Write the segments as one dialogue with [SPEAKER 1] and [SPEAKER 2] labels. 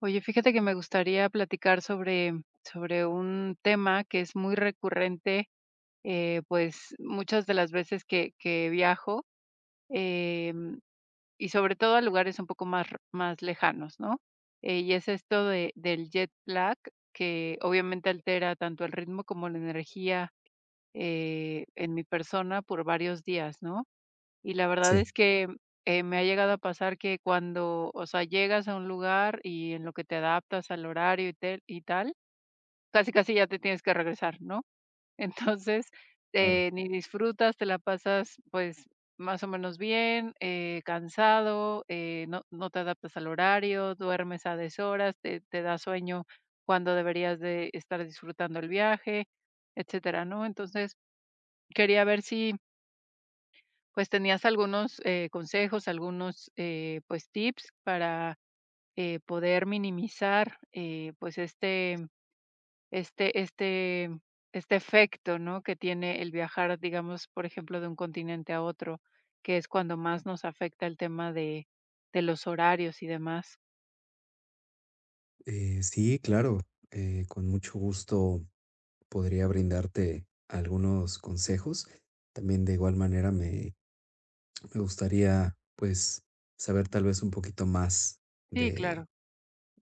[SPEAKER 1] Oye, fíjate que me gustaría platicar sobre, sobre un tema que es muy recurrente. Pues muchas de las veces que viajo em, y sobre todo a lugares un poco más, más lejanos, ¿no? Y es esto de, del jet lag, que obviamente altera tanto el ritmo como la energía en mi persona por varios días, ¿no? Y la verdad es
[SPEAKER 2] Sí.
[SPEAKER 1] que me ha llegado a pasar que cuando, o sea, llegas a un lugar y en lo que te adaptas al horario y tel y tal, casi, casi ya te tienes que regresar, ¿no? Entonces,
[SPEAKER 2] Claro.
[SPEAKER 1] ni disfrutas, te la pasas, pues, más o menos bien, cansado, no te adaptas al horario, duermes a deshoras, te da sueño cuando deberías de estar disfrutando el viaje, etcétera, ¿no? Entonces, quería ver si pues, ¿tenías algunos, consejos, algunos, pues, tips para, poder minimizar, pues, este este este efecto, ¿no?, que tiene el viajar, digamos, por ejemplo, de un continente a otro, que es cuando más nos afecta el tema de los horarios y demás.
[SPEAKER 2] Sí, claro, con mucho gusto podría brindarte algunos consejos. También de igual manera me gustaría pues saber tal vez un poquito más
[SPEAKER 1] Sí,
[SPEAKER 2] de,
[SPEAKER 1] claro.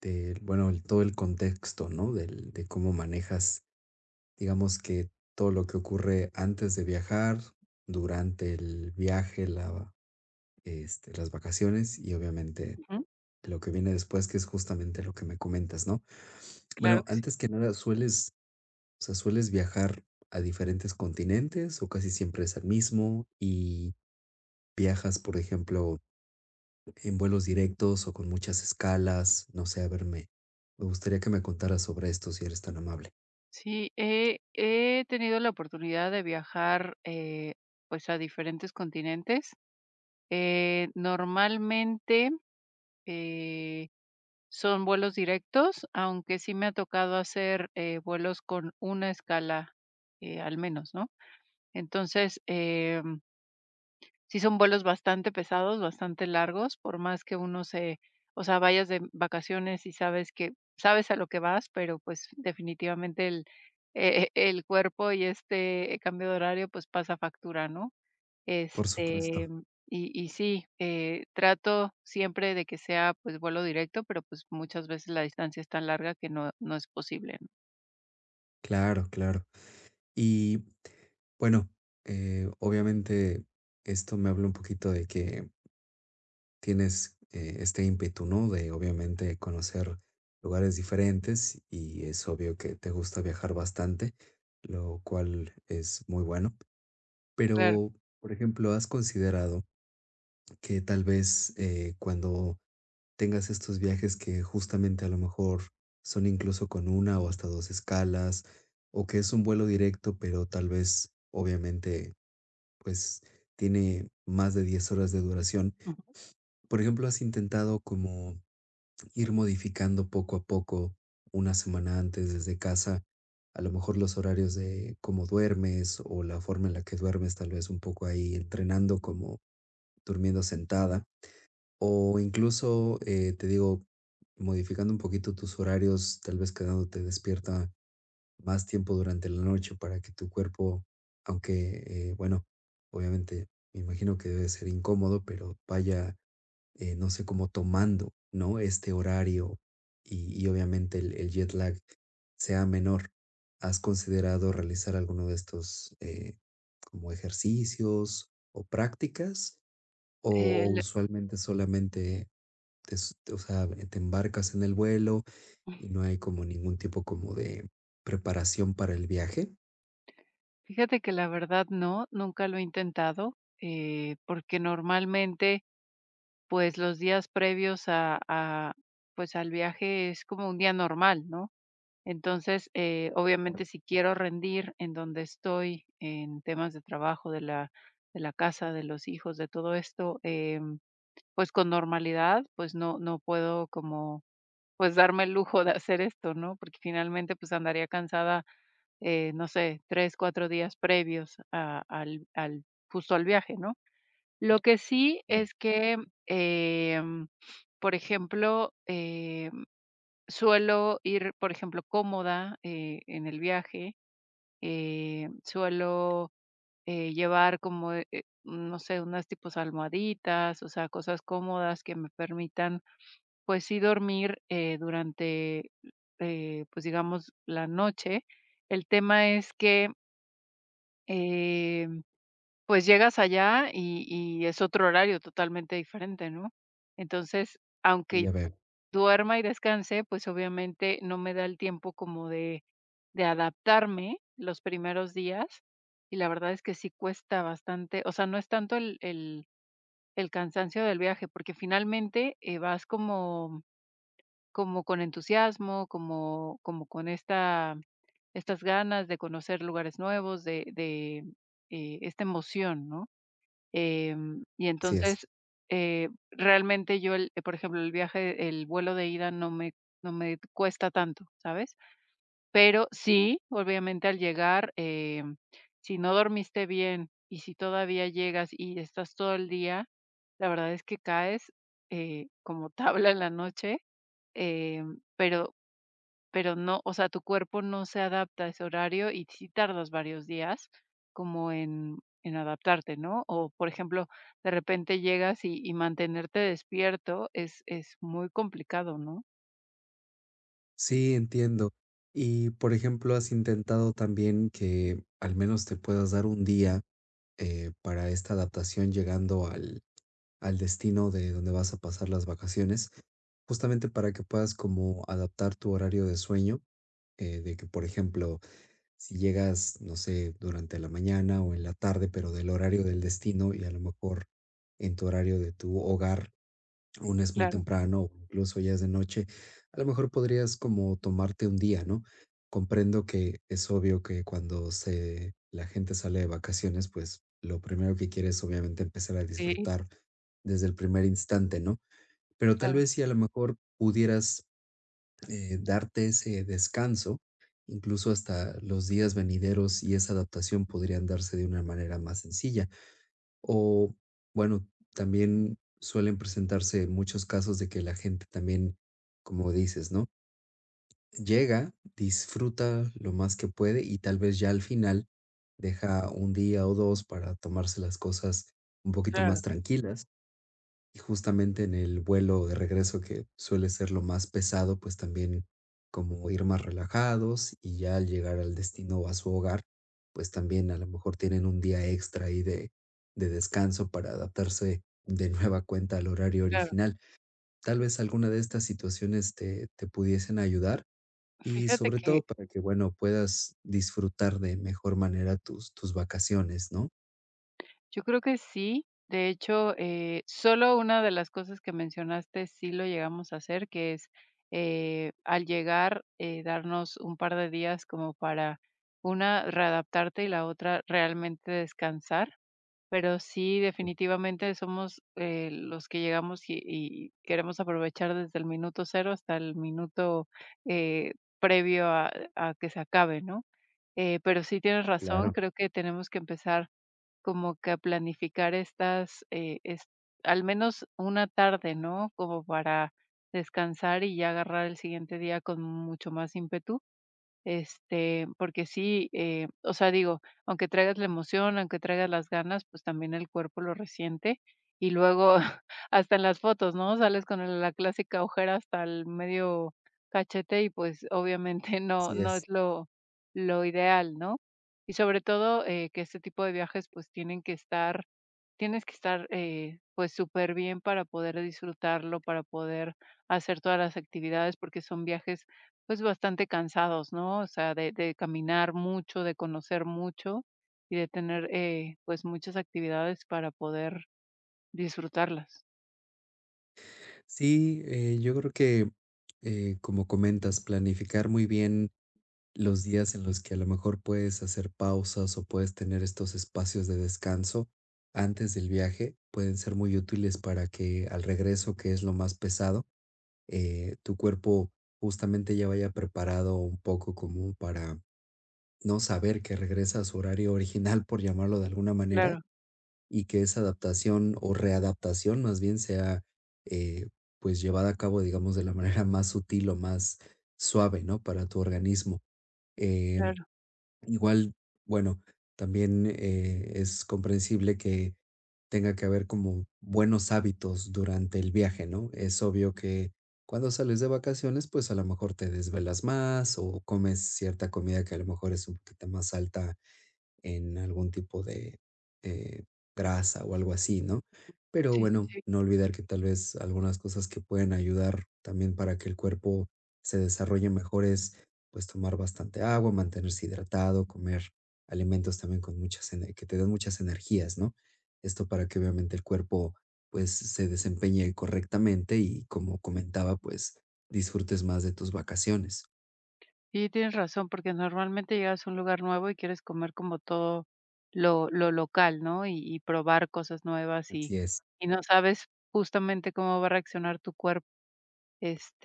[SPEAKER 2] bueno, el- todo el contexto, ¿no? De cómo manejas, digamos que todo lo que ocurre antes de viajar, durante el viaje, este, las vacaciones y obviamente
[SPEAKER 1] Ujú.
[SPEAKER 2] de lo que viene después, que es justamente lo que me comentas, ¿no?
[SPEAKER 1] Claro
[SPEAKER 2] Bueno,
[SPEAKER 1] que sí.
[SPEAKER 2] antes que nada, o sea, ¿sueles viajar a diferentes continentes o casi siempre es al mismo? Y viajas, por ejemplo, ¿en vuelos directos o con muchas escalas? No sé, a verme. Me gustaría que me contaras sobre esto si eres tan amable.
[SPEAKER 1] Sí, he tenido la oportunidad de viajar, pues, a diferentes continentes. Normalmente Eh, son vuelos directos, aunque sí me ha tocado hacer, vuelos con una escala, al menos, ¿no? Entonces, sí son vuelos bastante pesados, bastante largos, por más que uno se o sea, vayas de vacaciones y sabes a lo que vas, pero, pues, definitivamente el cuerpo y este cambio de horario, pues, pasa factura, ¿no?
[SPEAKER 2] Por
[SPEAKER 1] Este,
[SPEAKER 2] supuesto,
[SPEAKER 1] y sí, trato siempre de que sea, pues, vuelo directo, pero, pues, muchas veces la distancia es tan larga que no es posible, ¿no?
[SPEAKER 2] claro, claro. Y bueno, obviamente esto me habla un poquito de que tienes, este ímpetu, ¿no? De obviamente conocer lugares diferentes y es obvio que te gusta viajar bastante, lo cual es muy bueno.
[SPEAKER 1] Claro.
[SPEAKER 2] Pero, por ejemplo, ¿has considerado que tal vez, cuando tengas estos viajes que justamente a lo mejor son incluso con una o hasta 2 escalas, o que es un vuelo directo, pero tal vez, obviamente, pues tiene más de 10 horas de duración?
[SPEAKER 1] Ujú.
[SPEAKER 2] Por ejemplo, ¿has intentado como ir modificando poco a poco, una semana antes desde casa, a lo mejor los horarios de cómo duermes o la forma en la que duermes, tal vez un poco ahí entrenando como durmiendo sentada o incluso, te digo, modificando un poquito tus horarios, tal vez quedándote despierta más tiempo durante la noche para que tu cuerpo, aunque, bueno, obviamente me imagino que debe ser incómodo, pero vaya no sé, como tomando, ¿no? Este horario y obviamente el jet lag sea menor. ¿Has considerado realizar alguno de estos como ejercicios o prácticas? ¿O, o
[SPEAKER 1] El
[SPEAKER 2] usualmente solamente s- o sea, te embarcas en el vuelo y no hay como ningún tipo como de preparación para el viaje?
[SPEAKER 1] Fíjate que la verdad no, nunca lo he intentado, porque normalmente, pues, los días previos pues, al viaje es como un día normal, ¿no? Entonces, obviamente, si quiero rendir en donde estoy, en temas de trabajo, de la casa, de los hijos, de todo esto, pues con normalidad, pues no, no puedo como, pues darme el lujo de hacer esto, ¿no? Porque finalmente, pues andaría cansada, no sé, tres, cuatro días previos al, justo al viaje, ¿no? Lo que sí es que, em, por ejemplo, suelo ir, por ejemplo, cómoda, en el viaje, suelo, llevar como, no sé, unas tipos almohaditas, o sea, cosas cómodas que me permitan, pues sí dormir, durante, pues, digamos, la noche. El tema es que, eh, pues llegas allá y es otro horario totalmente diferente, ¿no? Entonces, aunque
[SPEAKER 2] Ya veo,
[SPEAKER 1] duerma y descanse, pues, obviamente, no me da el tiempo como de adaptarme los primeros días, y la verdad es que sí cuesta bastante. O sea, no es tanto el cansancio del viaje, porque finalmente, vas como como con entusiasmo, como como con estas ganas de conocer lugares nuevos, de esta emoción, ¿no? Y
[SPEAKER 2] así es.
[SPEAKER 1] entonces, realmente yo el por ejemplo, el viaje el vuelo de ida no me cuesta tanto, ¿sabes? Pero sí, obviamente, al llegar, si no dormiste bien y si todavía llegas y estás todo el día, la verdad es que caes, como tabla en la noche, em, pero pero no, o sea, tu cuerpo no se adapta a ese horario y sí tardas varios días como en adaptarte, ¿no? O, por ejemplo, de repente llegas y mantenerte despierto es muy complicado, ¿no?
[SPEAKER 2] Sí, entiendo. Y por ejemplo, ¿has intentado también que al menos te puedas dar un día para esta adaptación llegando al destino de donde vas a pasar las vacaciones, justamente para que puedas como adaptar tu horario de sueño, de que, por ejemplo, si llegas, no sé, durante la mañana o en la tarde, pero del horario del destino y a lo mejor en tu horario de tu hogar aún es muy
[SPEAKER 1] Claro.
[SPEAKER 2] temprano, o incluso ya es de noche, a lo mejor podrías como tomarte un día, ¿no? Comprendo que es obvio que cuando se, la gente sale de vacaciones, pues lo primero que quiere es obviamente empezar a
[SPEAKER 1] Sí,
[SPEAKER 2] disfrutar desde el primer instante, ¿no? Pero tal
[SPEAKER 1] claro,
[SPEAKER 2] vez si a lo mejor pudieras darte ese descanso, incluso hasta los días venideros y esa adaptación podrían darse de una manera más sencilla. O bueno, también suelen presentarse muchos casos de que la gente también, como dices, ¿no? Llega, disfruta lo más que puede y tal vez ya al final deja un día o dos para tomarse las cosas un poquito
[SPEAKER 1] claro,
[SPEAKER 2] más tranquilas y justamente en el vuelo de regreso, que suele ser lo más pesado, pues también como ir más relajados y ya al llegar al destino o a su hogar, pues también a lo mejor tienen un día extra ahí de descanso para adaptarse de nueva cuenta al horario
[SPEAKER 1] claro.
[SPEAKER 2] original. Tal vez alguna de estas situaciones te pudiesen ayudar y
[SPEAKER 1] Fíjate
[SPEAKER 2] sobre
[SPEAKER 1] que
[SPEAKER 2] todo para que, bueno, puedas disfrutar de mejor manera tus vacaciones, ¿no?
[SPEAKER 1] Yo creo que sí. De hecho, solo una de las cosas que mencionaste sí lo llegamos a hacer, que es al llegar, darnos un par de días como para una, readaptarte y la otra, realmente descansar. Pero sí, definitivamente somos los que llegamos y queremos aprovechar desde el minuto cero hasta el minuto eh, previo a que se acabe, ¿no? Pero sí tienes razón,
[SPEAKER 2] Claro.
[SPEAKER 1] creo que tenemos que empezar como que a planificar estas, es al menos una tarde, ¿no? Como para descansar y ya agarrar el siguiente día con mucho más ímpetu. Este, porque sí, o sea, digo, aunque traigas la emoción, aunque traigas las ganas, pues también el cuerpo lo resiente. Y luego, hasta en las fotos, ¿no? Sales con la clásica ojera hasta el medio cachete y pues obviamente no,
[SPEAKER 2] Así
[SPEAKER 1] no
[SPEAKER 2] es.
[SPEAKER 1] es lo ideal, ¿no? Y sobre todo que este tipo de viajes pues tienen que estar, tienes que estar pues súper bien para poder disfrutarlo, para poder hacer todas las actividades, porque son viajes pues, bastante cansados, ¿no? O sea, de caminar mucho, de conocer mucho y de tener, pues, muchas actividades para poder disfrutarlas.
[SPEAKER 2] Sí, yo creo que, como comentas, planificar muy bien los días en los que a lo mejor puedes hacer pausas o puedes tener estos espacios de descanso antes del viaje pueden ser muy útiles para que al regreso, que es lo más pesado, tu cuerpo justamente ya vaya preparado un poco como para no saber que regresa a su horario original, por llamarlo de alguna manera,
[SPEAKER 1] Claro,
[SPEAKER 2] y que esa adaptación o readaptación más bien sea eh, pues llevada a cabo, digamos, de la manera más sutil o más suave, ¿no? Para tu organismo. Eh,
[SPEAKER 1] claro.
[SPEAKER 2] igual, bueno, también es comprensible que tenga que haber como buenos hábitos durante el viaje, ¿no? Es obvio que cuando sales de vacaciones, pues a lo mejor te desvelas más o comes cierta comida que a lo mejor es un poquito más alta en algún tipo de eh, grasa o algo así, ¿no? Pero
[SPEAKER 1] Sí, sí,
[SPEAKER 2] bueno,
[SPEAKER 1] sí.
[SPEAKER 2] no olvidar que tal vez algunas cosas que pueden ayudar también para que el cuerpo se desarrolle mejor es pues tomar bastante agua, mantenerse hidratado, comer alimentos también con muchas ener- que te den muchas energías, ¿no? Esto para que obviamente el cuerpo pues se desempeñe correctamente y como comentaba, pues disfrutes más de tus vacaciones.
[SPEAKER 1] Y tienes razón, porque normalmente llegas a un lugar nuevo y quieres comer como todo lo local, ¿no? Y probar cosas nuevas
[SPEAKER 2] Así es.
[SPEAKER 1] y no sabes justamente cómo va a reaccionar tu cuerpo,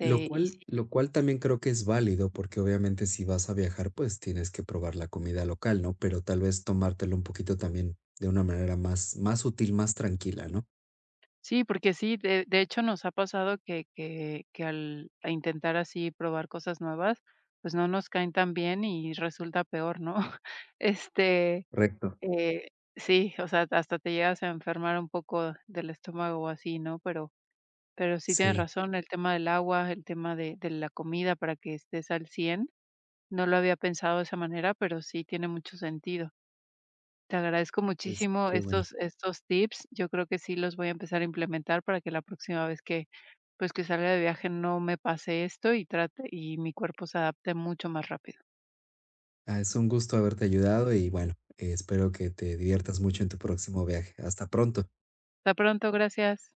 [SPEAKER 2] Lo
[SPEAKER 1] y
[SPEAKER 2] cual,
[SPEAKER 1] sí.
[SPEAKER 2] lo cual también creo que es válido, porque obviamente si vas a viajar, pues tienes que probar la comida local, ¿no? Pero tal vez tomártelo un poquito también de una manera más, más sutil, más tranquila, ¿no?
[SPEAKER 1] Sí, porque sí, de hecho, nos ha pasado que que al a intentar así probar cosas nuevas, pues, no nos caen tan bien y resulta peor, ¿no? Este,
[SPEAKER 2] Correcto.
[SPEAKER 1] eh, sí, o sea, hasta te llegas a enfermar un poco del estómago o así, ¿no? Pero sí tienes
[SPEAKER 2] Sí,
[SPEAKER 1] razón, el tema del agua, el tema de la comida para que estés al 100, no lo había pensado de esa manera, pero sí tiene mucho sentido. Te agradezco
[SPEAKER 2] es
[SPEAKER 1] muchísimo
[SPEAKER 2] qué bueno.
[SPEAKER 1] estos estos tips. Yo creo que sí los voy a empezar a implementar para que la próxima vez pues, que salga de viaje no me pase esto y trate y mi cuerpo se adapte mucho más rápido.
[SPEAKER 2] Ah, es un gusto haberte ayudado y bueno, espero que te diviertas mucho en tu próximo viaje. Hasta pronto.
[SPEAKER 1] Hasta pronto, gracias.